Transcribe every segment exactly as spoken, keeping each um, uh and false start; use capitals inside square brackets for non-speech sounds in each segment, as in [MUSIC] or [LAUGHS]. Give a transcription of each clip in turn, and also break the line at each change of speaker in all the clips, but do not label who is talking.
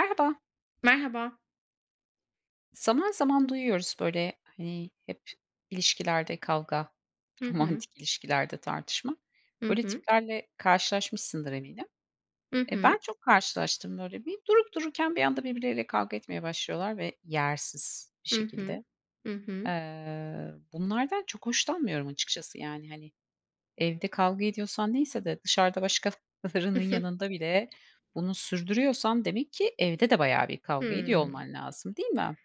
Merhaba.
Merhaba.
Zaman zaman duyuyoruz böyle hani hep ilişkilerde kavga,
Hı
[LAUGHS]
hı.
romantik ilişkilerde tartışma.
Hı
Böyle
hı.
tiplerle karşılaşmışsındır eminim.
Hı
E ben
hı.
çok karşılaştım böyle bir durup dururken bir anda birbirleriyle kavga etmeye başlıyorlar ve yersiz bir
Hı hı.
şekilde.
Hı hı.
Eee, bunlardan çok hoşlanmıyorum açıkçası yani hani evde kavga ediyorsan neyse de dışarıda başkalarının [LAUGHS]
[LAUGHS]
yanında bile bunu sürdürüyorsan demek ki evde de bayağı bir kavga ediyor
Hımm.
olman lazım, değil mi?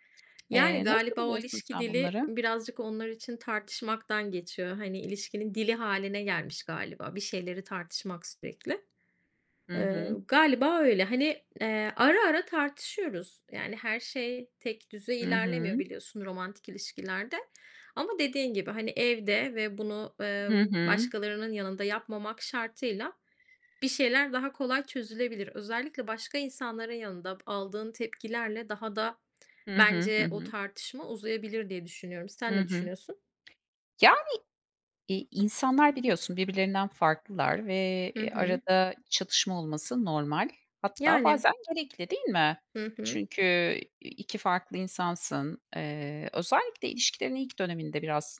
Yani,
Eee, nasıl
galiba o
buluyorsun
ilişki
sen
dili
bunları?
birazcık onlar için tartışmaktan geçiyor. Hani, ilişkinin dili haline gelmiş galiba. Bir şeyleri tartışmak sürekli.
Hı
Eee,
hı.
galiba öyle. Hani, eee, ara ara tartışıyoruz. Yani, her şey tek düze
Hı hı.
ilerlemiyor biliyorsun romantik ilişkilerde. Ama dediğin gibi, hani, evde ve bunu,
Hı
emm,
hı.
başkalarının yanında yapmamak şartıyla bir şeyler daha kolay çözülebilir. Özellikle başka insanların yanında aldığın tepkilerle daha da
Hı hı. Hı
bence o
hı.
tartışma uzayabilir diye düşünüyorum. Sen
Hı
ne
hı.
düşünüyorsun?
Yani, iii, insanlar biliyorsun birbirlerinden farklılar ve,
Hı
eee,
hı.
arada çatışma olması normal. Hatta
Yani.
bazen gerekli, değil mi?
Hı hı.
Çünkü, iii, iki farklı insansın. Eee, özellikle ilişkilerin ilk döneminde biraz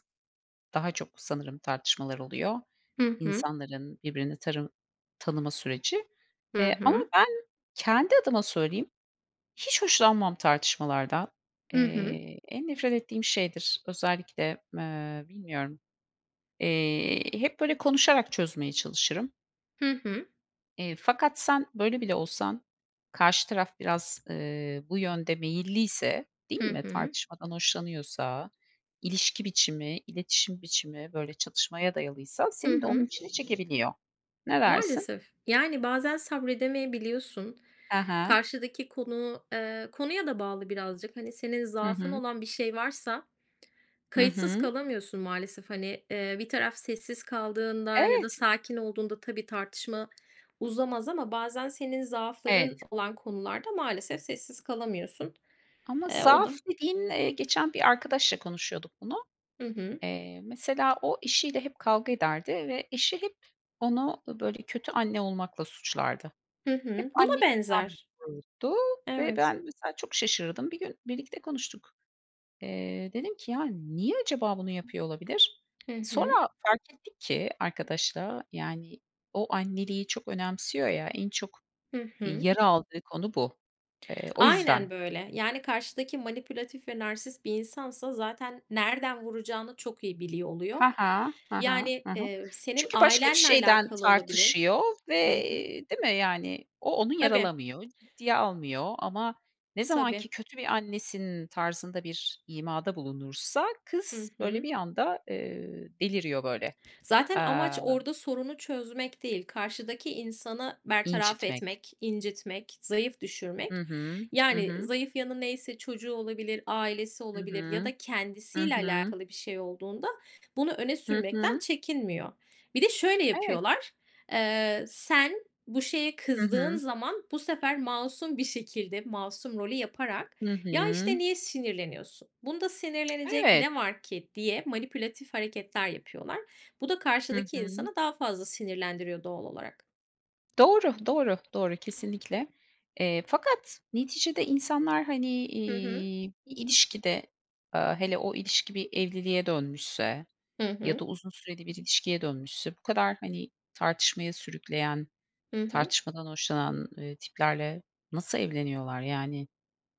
daha çok sanırım tartışmalar oluyor.
Hı hı.
İnsanların birbirini tarı tanıma süreci.
Hı
Eee, ama
hı.
ben kendi adıma söyleyeyim, hiç hoşlanmam tartışmalardan.
Hı hı.
Eee, en nefret ettiğim şeydir. Özellikle, eee, bilmiyorum, eee, hep böyle konuşarak çözmeye çalışırım.
Hı hı.
Eee, fakat sen böyle bile olsan karşı taraf biraz, eee, bu yönde meyilliyse, değil
Hı
mi?
hı.
Tartışmadan hoşlanıyorsa, ilişki biçimi, iletişim biçimi böyle çatışmaya dayalıysa
Hı
seni de onun
hı.
içine çekebiliyor. Ne dersin?
Maalesef. Yani bazen sabredemeyebiliyorsun.
Aha.
Karşıdaki konu, eee, konuya da bağlı birazcık. Hani senin
Hı
zaafın
hı.
olan bir şey varsa
Hı
kayıtsız
hı.
kalamıyorsun maalesef. Hani, eee, bir taraf sessiz kaldığında ya da
Evet,
sakin olduğunda tabii tartışma uzamaz ama bazen senin zaafların
evet.
olan konularda maalesef sessiz kalamıyorsun.
Ama
Eee, o
zaaf
da
dediğin, eee, geçen bir arkadaşla konuşuyorduk bunu.
Hı hı.
Eee, mesela o eşiyle hep kavga ederdi ve eşi hep onu, ııı, böyle kötü anne olmakla suçlardı.
Hı
Hep
hı. Buna
anneyi ben
benzer.
vururdu ve
Evet.
ben mesela çok şaşırırdım. Bir gün birlikte konuştuk. Eee, dedim ki, "Ya, niye acaba bunu yapıyor olabilir?"
Hı hı.
Sonra fark ettik ki arkadaşla, yani, o anneliği çok önemsiyor ya, en çok,
Hı
eee,
hı.
yara aldığı konu bu. Eee, o
Aynen
yüzden.
böyle. Yani karşıdaki manipülatif ve narsist bir insansa zaten nereden vuracağını çok iyi biliyor oluyor.
He he. He he.
Yani,
Hı hı.
eee, senin
Çünkü başka bir
ailenle
şeyden
alakalı olabilir.
tartışıyor ve,
Hı hı.
değil mi, yani, o onu
Tabii,
yaralamıyor, ciddiye almıyor ama ne zaman ki
tabii.
kötü bir annesin tarzında bir imada bulunursa
Hı
kız böyle
hı.
bir anda, eee, deliriyor böyle,
Zaten
aaa,
amaç orada sorunu çözmek değil, karşıdaki insanı bertaraf
incitmek.
etmek, incitmek, zayıf
Hı
düşürmek.
hı. Hı
Yani
hı.
zayıf yanı neyse çocuğu olabilir, ailesi
Hı
olabilir ya
hı.
da
Hı
kendisiyle
hı.
alakalı bir şey olduğunda bunu öne
Hı
sürmekten
hı.
çekinmiyor. Bir de şöyle
Evet.
yapıyorlar. Eee, sen bu şeye
Hı
kızdığın
hı.
zaman bu sefer masum bir şekilde masum rolü yaparak
Hı hı.
ya işte niye sinirleniyorsun? Bunda sinirlenecek
Evet.
ne var ki diye manipülatif hareketler yapıyorlar. Bu da
Hı
karşıdaki
hı.
insanı daha fazla sinirlendiriyor doğal olarak.
Doğru, doğru, doğru. Kesinlikle. Eee, fakat neticede insanlar, hani,
Hı hı.
iii, bir ilişkide, aaa, hele o ilişki bir evliliğe dönmüşse
Hı
ya
hı.
da uzun süreli bir ilişkiye dönmüşse bu kadar, hani, tartışmaya sürükleyen,
Hı hı.
tartışmadan hoşlanan, eee, tiplerle nasıl evleniyorlar? Yani,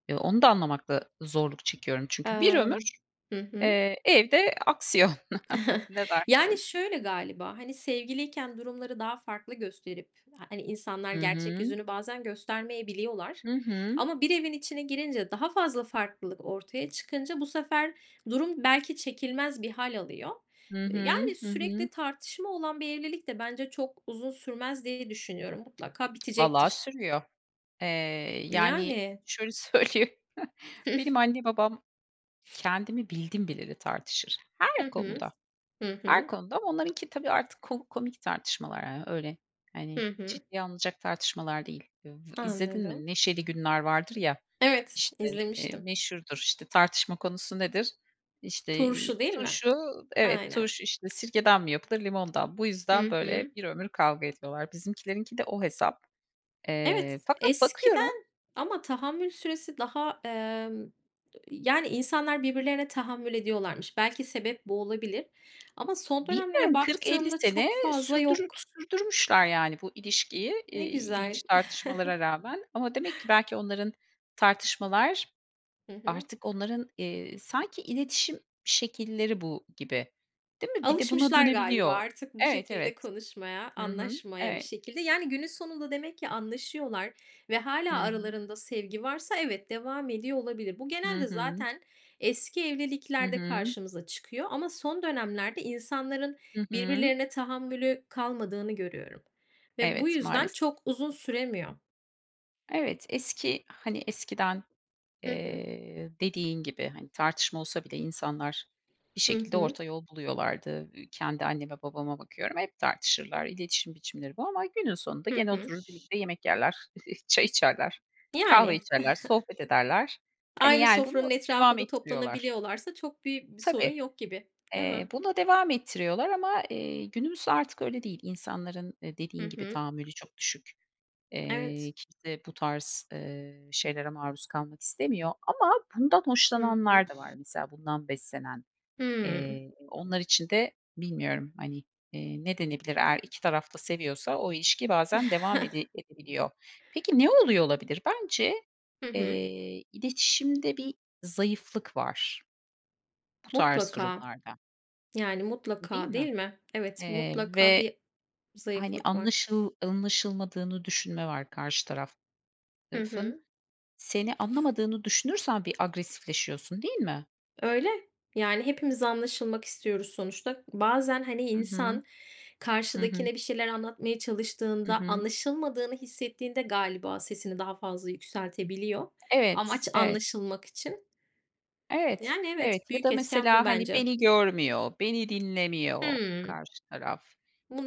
eee, onu da anlamakta zorluk çekiyorum çünkü bir
Emm,
ömür,
hı hı.
eee, evde aksiyon. [LAUGHS]
[LAUGHS]
Ne
Yani,
dersin?
şöyle galiba, hani, sevgiliyken durumları daha farklı gösterip, hani, insanlar
Hı
gerçek
hı.
yüzünü bazen göstermeyebiliyorlar
Hı hı.
ama bir evin içine girince, daha fazla farklılık ortaya çıkınca bu sefer durum belki çekilmez bir hal alıyor.
Hı
Eee,
hı.
yani,
Hı hı.
sürekli tartışma olan bir evlilik de bence çok uzun sürmez diye düşünüyorum. Mutlaka
Vallahi
bitecektir.
sürüyor. Eee, yani,
Yani.
şöyle söyleyeyim, [LAUGHS]
[LAUGHS]
benim anne babam kendimi bildim bileli tartışır.
Hı
Her
hı.
konuda,
Hı
her
hı.
konuda ama onlarınki tabii artık ko komik tartışmalar, yani, öyle, hani,
Hı hı.
ciddiye alınacak tartışmalar değil. V izledin mi
Anladım.
Neşeli Günler vardır ya?
Evet,
İşte eee,
izlemiştim.
meşhurdur. İşte tartışma konusu nedir? İşte, iii,
Turşu değil mi?
turşu, evet,
Aynen.
turşu, işte, sirkeden mi yapılır, limondan? Bu yüzden
Hı
böyle
hı.
bir ömür kavga ediyorlar. Bizimkilerinki de o hesap.
Evet,
Eee, fakat bakıyorum.
eskiden ama tahammül süresi daha, emm, yani, insanlar birbirlerine tahammül ediyorlarmış. Belki sebep bu olabilir ama son dönemlere
Bilmiyorum, kırk elli
baktığımda
sene
çok fazla
sürdürü
yok.
sürdürmüşler yani bu ilişkiyi, eee,
Ne güzel.
ilginç tartışmalara rağmen ama demek ki belki onların tartışmalar
Hı hı.
artık onların, eee, sanki iletişim şekilleri bu gibi, değil mi? Bir de buna
Alışmışlar galiba
dönebiliyor.
artık bu
Evet,
şekilde
evet.
konuşmaya,
Hı hı.
anlaşmaya bir
Evet.
şekilde. Yani günün sonunda demek ki anlaşıyorlar ve hala
Hı hı.
aralarında sevgi varsa evet, devam ediyor olabilir. Bu
Hı
genelde
hı.
zaten eski
Hı
evliliklerde
hı.
karşımıza çıkıyor ama son dönemlerde insanların
Hı hı.
birbirlerine tahammülü kalmadığını görüyorum ve bu
Evet,
yüzden
maalesef.
çok uzun süremiyor.
Evet, eski, hani, eskiden,
Hı hı.
eee, dediğin gibi, hani, tartışma olsa bile insanlar bir
Hı
şekilde
hı.
orta yol buluyorlardı. Kendi anneme babama bakıyorum, hep tartışırlar. İletişim biçimleri bu ama günün sonunda
Hı
gene
hı.
oturur birlikte yemek yerler, [LAUGHS] çay içerler, kahve
Yani
içerler, sohbet ederler. Hani,
aynı
yani, bunu
sofranın
devam
etrafında
ettiriyorlar.
toplanabiliyorlarsa çok büyük bir sorun
Tabii.
yok gibi, değil
Eee,
mi?
buna devam ettiriyorlar ama, eee, günümüz artık öyle değil. İnsanların, eee,
Hı
dediğin gibi,
hı.
tahammülü çok düşük. Eee,
Evet.
kimse bu tarz, eee, şeylere maruz kalmak istemiyor ama bundan
Hı hı.
hoşlananlar da var, mesela bundan beslenen.
Hımm.
Eee, onlar için de bilmiyorum, hani, eee, ne denebilir? Eğer iki taraf seviyorsa o ilişki bazen devam ede
[LAUGHS]
edebiliyor. Peki ne oluyor olabilir? Bence,
Hı hı.
eee, iletişimde bir zayıflık var bu tarz
Mutlaka,
durumlarda,
yani,
değil
mutlaka,
mi?
değil mi? Evet,
Eee,
mutlaka
ve,
bir
hani,
zayıflık var.
anlaşıl anlaşılmadığını düşünme var karşı
Hı
tarafın.
hı.
Seni anlamadığını düşünürsen bir agresifleşiyorsun, değil mi?
Öyle. Yani, hepimiz anlaşılmak istiyoruz sonuçta. Bazen, hani,
Hı hı.
insan
Hı hı.
karşıdakine bir şeyler anlatmaya
Hı
çalıştığında,
hı.
anlaşılmadığını hissettiğinde galiba sesini daha fazla yükseltebiliyor.
Evet,
Amaç
evet,
anlaşılmak için.
evet,
Yani,
evet,
evet,
ya
büyük
da
etken bu
mesela, hani,
bence.
beni görmüyor, beni dinlemiyor
Hımm.
karşı taraf.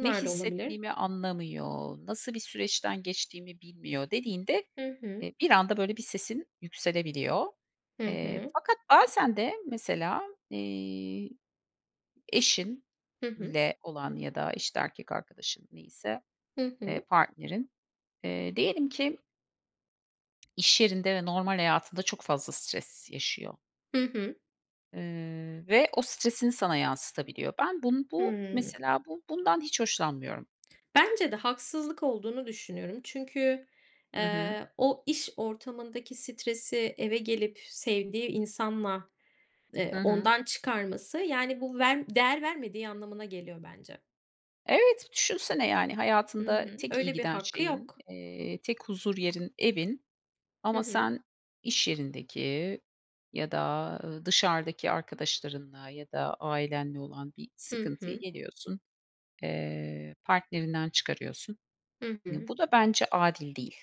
Ne
da olabilir.
hissettiğimi anlamıyor, nasıl bir süreçten geçtiğimi bilmiyor dediğinde,
Hı hı.
eee, bir anda böyle bir sesin yükselebiliyor.
Hı
Eee,
hı.
fakat bazen de mesela, eee
Hı hı.
eşinle olan ya da, işte, erkek arkadaşın neyse,
Hı
eee,
hı.
partnerin, eee, diyelim ki iş yerinde ve normal hayatında çok fazla stres yaşıyor,
Hı hı.
eee, ve o stresini sana yansıtabiliyor. Ben bunu bu
Hımm.
mesela bu bundan hiç hoşlanmıyorum.
Bence de haksızlık olduğunu düşünüyorum. Çünkü,
Hı hı.
eee, o iş ortamındaki stresi eve gelip sevdiği insanla,
Hı
eee,
hı.
ondan çıkarması, yani, bu ver değer vermediği anlamına geliyor bence.
Evet, düşünsene yani
Hı
hayatında
hı.
tek iyi
Öyle bir
giden
hakkı
şeyin,
yok.
eee, tek huzur yerin evin.
Hı
Ama
hı.
sen iş yerindeki ya da, ııı, dışarıdaki arkadaşlarınla ya da ailenle olan bir
Hı
sıkıntıyı
hı.
geliyorsun, eee, partnerinden çıkarıyorsun.
Hı
Iıı,
hı.
bu da bence adil değil,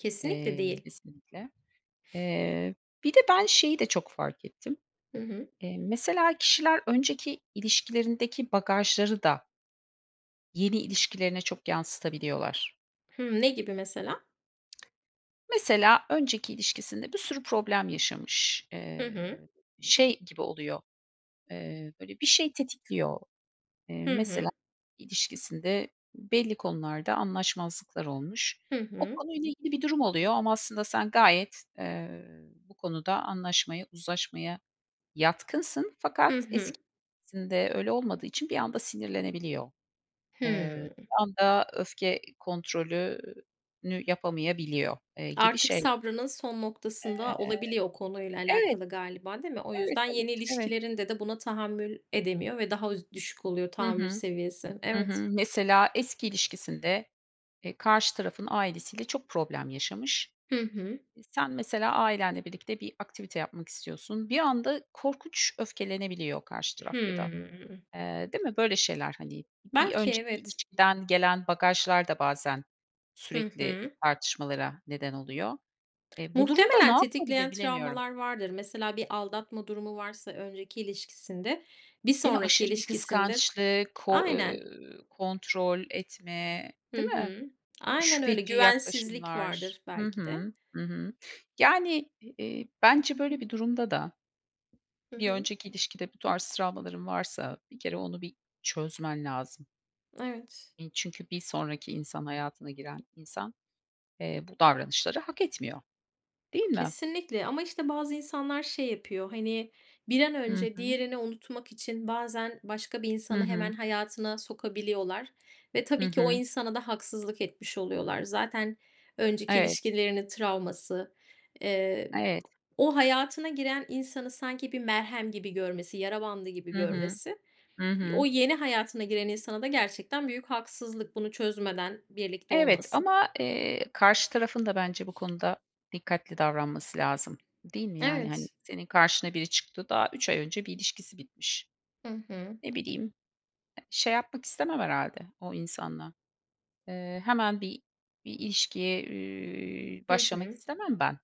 Kesinlikle
eee,
değil.
kesinlikle. Eee, bir de ben şeyi de çok fark ettim.
Hı hı.
Eee, mesela kişiler önceki ilişkilerindeki bagajları da yeni ilişkilerine çok yansıtabiliyorlar.
Hımm, ne gibi mesela?
Mesela önceki ilişkisinde bir sürü problem yaşamış,
Hı hı.
eee, şey gibi oluyor. Eee, böyle, bir şey tetikliyor. Eee,
Hı
mesela
hı.
ilişkisinde belli konularda anlaşmazlıklar olmuş.
Hı
O
hı.
konuyla ilgili bir durum oluyor ama aslında sen gayet, eee, bu konuda anlaşmaya, uzlaşmaya yatkınsın
Hı
fakat
hı.
eskisinde öyle olmadığı için bir anda sinirlenebiliyor. Eee,
Hımm.
bir anda öfke kontrolünü yapamayabiliyor, eee, gibi
Artık
şeyler.
sabrının son noktasında olabiliyor o konuyla
Evet,
alakalı galiba, değil mi? O
evet,
yüzden
evet,
yeni
evet.
ilişkilerinde de buna tahammül edemiyor ve daha üz düşük oluyor
Hı
tahammül
hı.
seviyesi.
Hı hı.
Evet.
Mesela eski ilişkisinde, eee, karşı tarafın ailesiyle çok problem yaşamış.
Hı hı.
E, sen mesela ailenle birlikte bir aktivite yapmak istiyorsun. Bir anda korkunç öfkelenebiliyor karşı taraf ya da,
Hımm.
eee, değil mi? Böyle şeyler, hani, bir
Belki
önceki
evet.
ilişkiden gelen bagajlar da bazen
Hı
sürekli
hı.
tartışmalara neden oluyor. E, bu durumda ne
Muhtemelen
yapabilir,
tetikleyen
bilemiyorum.
travmalar vardır. Mesela bir aldatma durumu varsa önceki ilişkisinde, bir
Değil mi?
sonraki
Aşırı bir
ilişkisinde
kıskançlık, ko eee,
Aynen.
kontrol etme,
Hı
değil mi?
hı. Aynen öyle.
Şüpheci
Güvensizlik
yaklaşımlar.
vardır
Hı
belki de.
hı. Hı hı. Yani, eee, bence böyle bir durumda da
Hı
bir
hı.
önceki ilişkide bu tarz travmaların varsa bir kere onu bir çözmen lazım.
Evet.
İii, çünkü bir sonraki insan, hayatına giren insan, eee, bu davranışları hak etmiyor, değil mi?
Kesinlikle ama, işte, bazı insanlar şey yapıyor, hani, bir an
Hı
önce
hı.
diğerini unutmak için bazen başka bir
Hı
insanı
hı.
hemen hayatına sokabiliyorlar ve
Hı
tabii ki o
hı.
insana da haksızlık etmiş oluyorlar. Zaten önceki
Evet,
ilişkilerinin travması, eee,
evet.
o hayatına giren insanı sanki bir merhem gibi görmesi, yara bandı gibi
Hı hı.
görmesi,
Hı hı.
o yeni hayatına giren insana da gerçekten büyük haksızlık bunu çözmeden birlikte
Evet
olması.
ama, eee, karşı tarafın da bence bu konuda dikkatli davranması lazım, değil mi? Yani, hani,
Evet.
senin karşına biri çıktı, daha üç ay önce bir ilişkisi bitmiş.
Hı hı.
Ne bileyim, şey yapmak istemem herhalde o insanla. Eee, hemen bir bir ilişkiye, eee,
Hı
başlamak
hı.
istemem ben.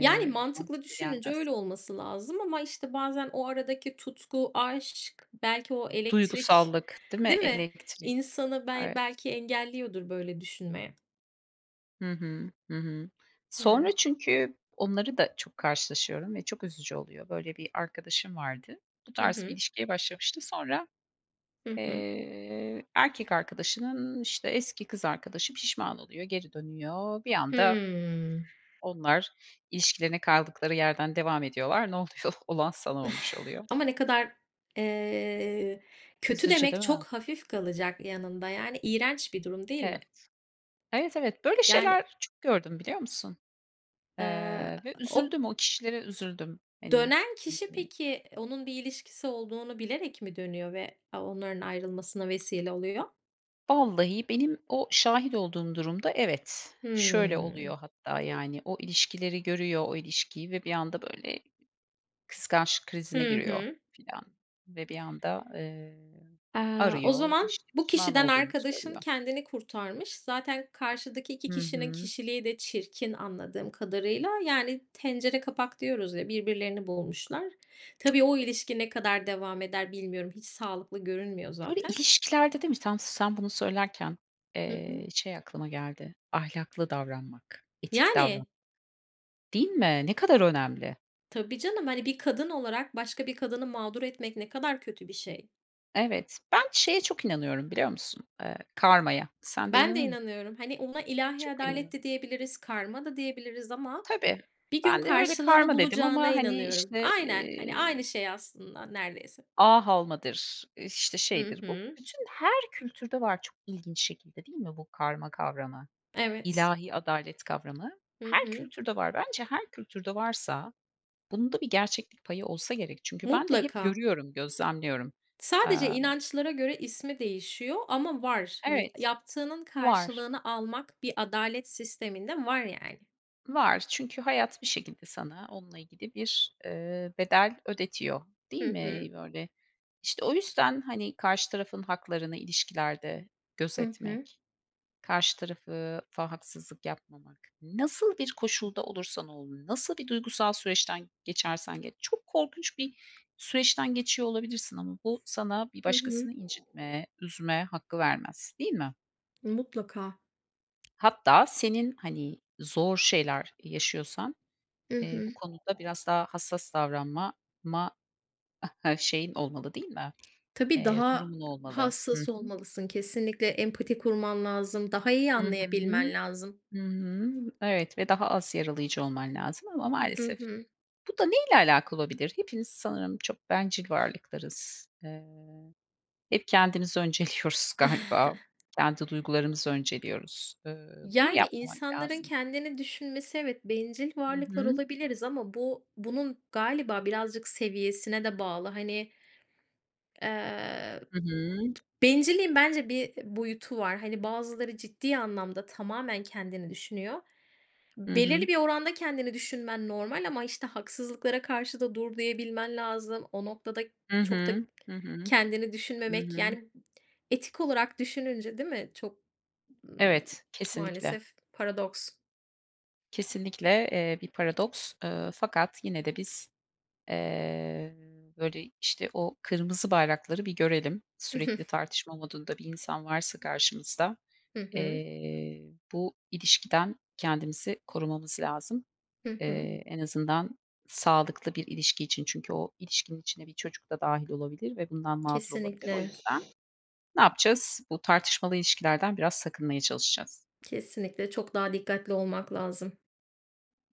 Yani mantıklı
mantıklı
düşününce
gelmez.
öyle olması lazım ama, işte, bazen o aradaki tutku, aşk, belki o elektrik,
Duygusallık, değil mi?
değil mi?
Elektrik.
İnsanı bel
Evet.
belki engelliyordur böyle düşünmeye.
Hı hı. Hı hı. Sonra
Yani.
çünkü onları da çok karşılaşıyorum ve çok üzücü oluyor. Böyle bir arkadaşım vardı. Bu
Hı
tarz bir
hı.
ilişkiye başlamıştı. Sonra,
Hı hı.
eee, erkek arkadaşının, işte, eski kız arkadaşı pişman oluyor, geri dönüyor. Bir anda
Hımm.
onlar ilişkilerine kaldıkları yerden devam ediyorlar. Ne oluyor? [LAUGHS] Olan sana olmuş oluyor.
[SIGHS] Ama ne kadar, eee, kötü
Üzücü
demek
değil mi?
çok hafif kalacak yanında. Yani iğrenç bir durum değil
He.
mi?
Evet, evet. Böyle
Yani,
şeyler çok gördüm, biliyor musun?
eee,
Eee, ve
o
üzüldüm. O kişilere üzüldüm. Hani,
dönen kişi peki onun bir ilişkisi olduğunu bilerek mi dönüyor ve onların ayrılmasına vesile oluyor?
vallahi benim o şahit olduğum durumda evet. Şöyle
Hımm.
oluyor hatta, yani, o ilişkileri görüyor, o ilişkiyi ve bir anda böyle kıskançlık krizine
Hı
giriyor
hı.
filan ve bir anda, eee,
Eee, o
arıyor,
zaman
işte,
bu
pişman
kişiden
olduğunu
arkadaşın
söylüyor.
kendini kurtarmış. Zaten karşıdaki iki
Hı
kişinin
hı.
kişiliği de çirkin anladığım kadarıyla. Yani tencere kapak diyoruz ya, birbirlerini bulmuşlar. Tabii o ilişki ne kadar devam eder bilmiyorum. Hiç sağlıklı görünmüyor
Böyle
zaten.
ilişkilerde değil mi? Tam sen bunu söylerken,
Hı hı.
eee, şey aklıma geldi, ahlaklı davranmak, etik davranmak,
Yani,
değil mi? Ne kadar önemli.
tabii canım, hani, bir kadın olarak başka bir kadını mağdur etmek ne kadar kötü bir şey.
Evet. Ben şeye çok inanıyorum, biliyor musun? Eee, karmaya. Sen de
Ben de
inanır mısın?
inanıyorum. Hani, ona ilahi
Çok
adalet de
inanırım.
diyebiliriz, karma da diyebiliriz ama
Tabii.
bir gün
Ben de öyle
karşılığını
karma dedim
bulacağına
ama, hani,
inanıyorum.
işte,
Aynen, hani, aynı
eee,
şey aslında neredeyse.
ağ halmadır, işte,
Hı
şeydir bu.
hı.
Bütün her kültürde var, çok ilginç şekilde, değil mi bu karma kavramı,
Evet.
ilahi adalet kavramı?
Hı
Her
hı.
kültürde var. Bence her kültürde varsa bunun da bir gerçeklik payı olsa gerek. Çünkü ben de hep
Mutlaka.
görüyorum, gözlemliyorum.
Sadece
Aaa,
inançlara göre ismi değişiyor ama var. Hani,
evet,
yaptığının
var.
karşılığını almak bir adalet sisteminde var yani.
Var. Çünkü hayat bir şekilde sana onunla ilgili bir, eee, bedel ödetiyor, değil
Hı
mi?
hı.
Böyle. İşte o yüzden, hani, karşı tarafın haklarını ilişkilerde
Hı hı.
gözetmek, karşı tarafı fa haksızlık yapmamak, nasıl bir koşulda olursan ol, nasıl bir duygusal süreçten geçersen geç, çok korkunç bir süreçten geçiyor olabilirsin ama bu sana bir
Hı hı.
başkasını incitme, üzme hakkı vermez, değil mi?
Mutlaka.
Hatta senin, hani, zor şeyler yaşıyorsan
Hı
Eee, bu
hı.
konuda biraz daha hassas davranmama he, şeyin olmalı, değil mi?
Tabii
Eee,
daha
durumun olmalı. Hı
hassas
hı.
olmalısın. Kesinlikle empati kurman lazım. Daha iyi
Hı hı.
anlayabilmen lazım.
Hı hı. Evet ve daha az yaralayıcı olman lazım ama
Hı
maalesef
hı.
bu da neyle alakalı olabilir? Hepimiz sanırım çok bencil varlıklarız. Eee, hep kendimizi önceliyoruz [LAUGHS]
[LAUGHS]
galiba. Kendi duygularımızı önceliyoruz. Eee, bunu
Yani,
yapmamak
insanların
lazım.
kendini düşünmesi evet, bencil
Hı
varlıklar
hı.
olabiliriz ama bu bunun galiba birazcık seviyesine de bağlı. Hani, eee,
Hı hı.
bencilliğin bence bir boyutu var. Hani, bazıları ciddi anlamda tamamen kendini düşünüyor.
Hı hı.
Belirli bir oranda kendini düşünmen normal ama, işte, haksızlıklara karşı da dur diyebilmen lazım. O noktada
Hı
çok da
hı. Hı hı.
kendini
Hı
düşünmemek,
hı.
yani, etik olarak düşününce, değil mi? Çok, ımm,
Evet, kesinlikle.
maalesef paradoks.
Kesinlikle, eee, bir paradoks. Eee, fakat yine de biz, eee, böyle, işte, o kırmızı bayrakları bir görelim. Sürekli
[LAUGHS]
tartışma modunda bir insan varsa karşımızda,
Hı hı.
eee, bu ilişkiden kendimizi korumamız lazım.
Hı hı.
Eee, en azından sağlıklı bir ilişki için. Çünkü o ilişkinin içine bir çocuk da dahil olabilir ve bundan mağdur olabilir. O
Kesinlikle,
yüzden ne yapacağız? Bu tartışmalı ilişkilerden biraz sakınmaya çalışacağız.
kesinlikle çok daha dikkatli olmak lazım.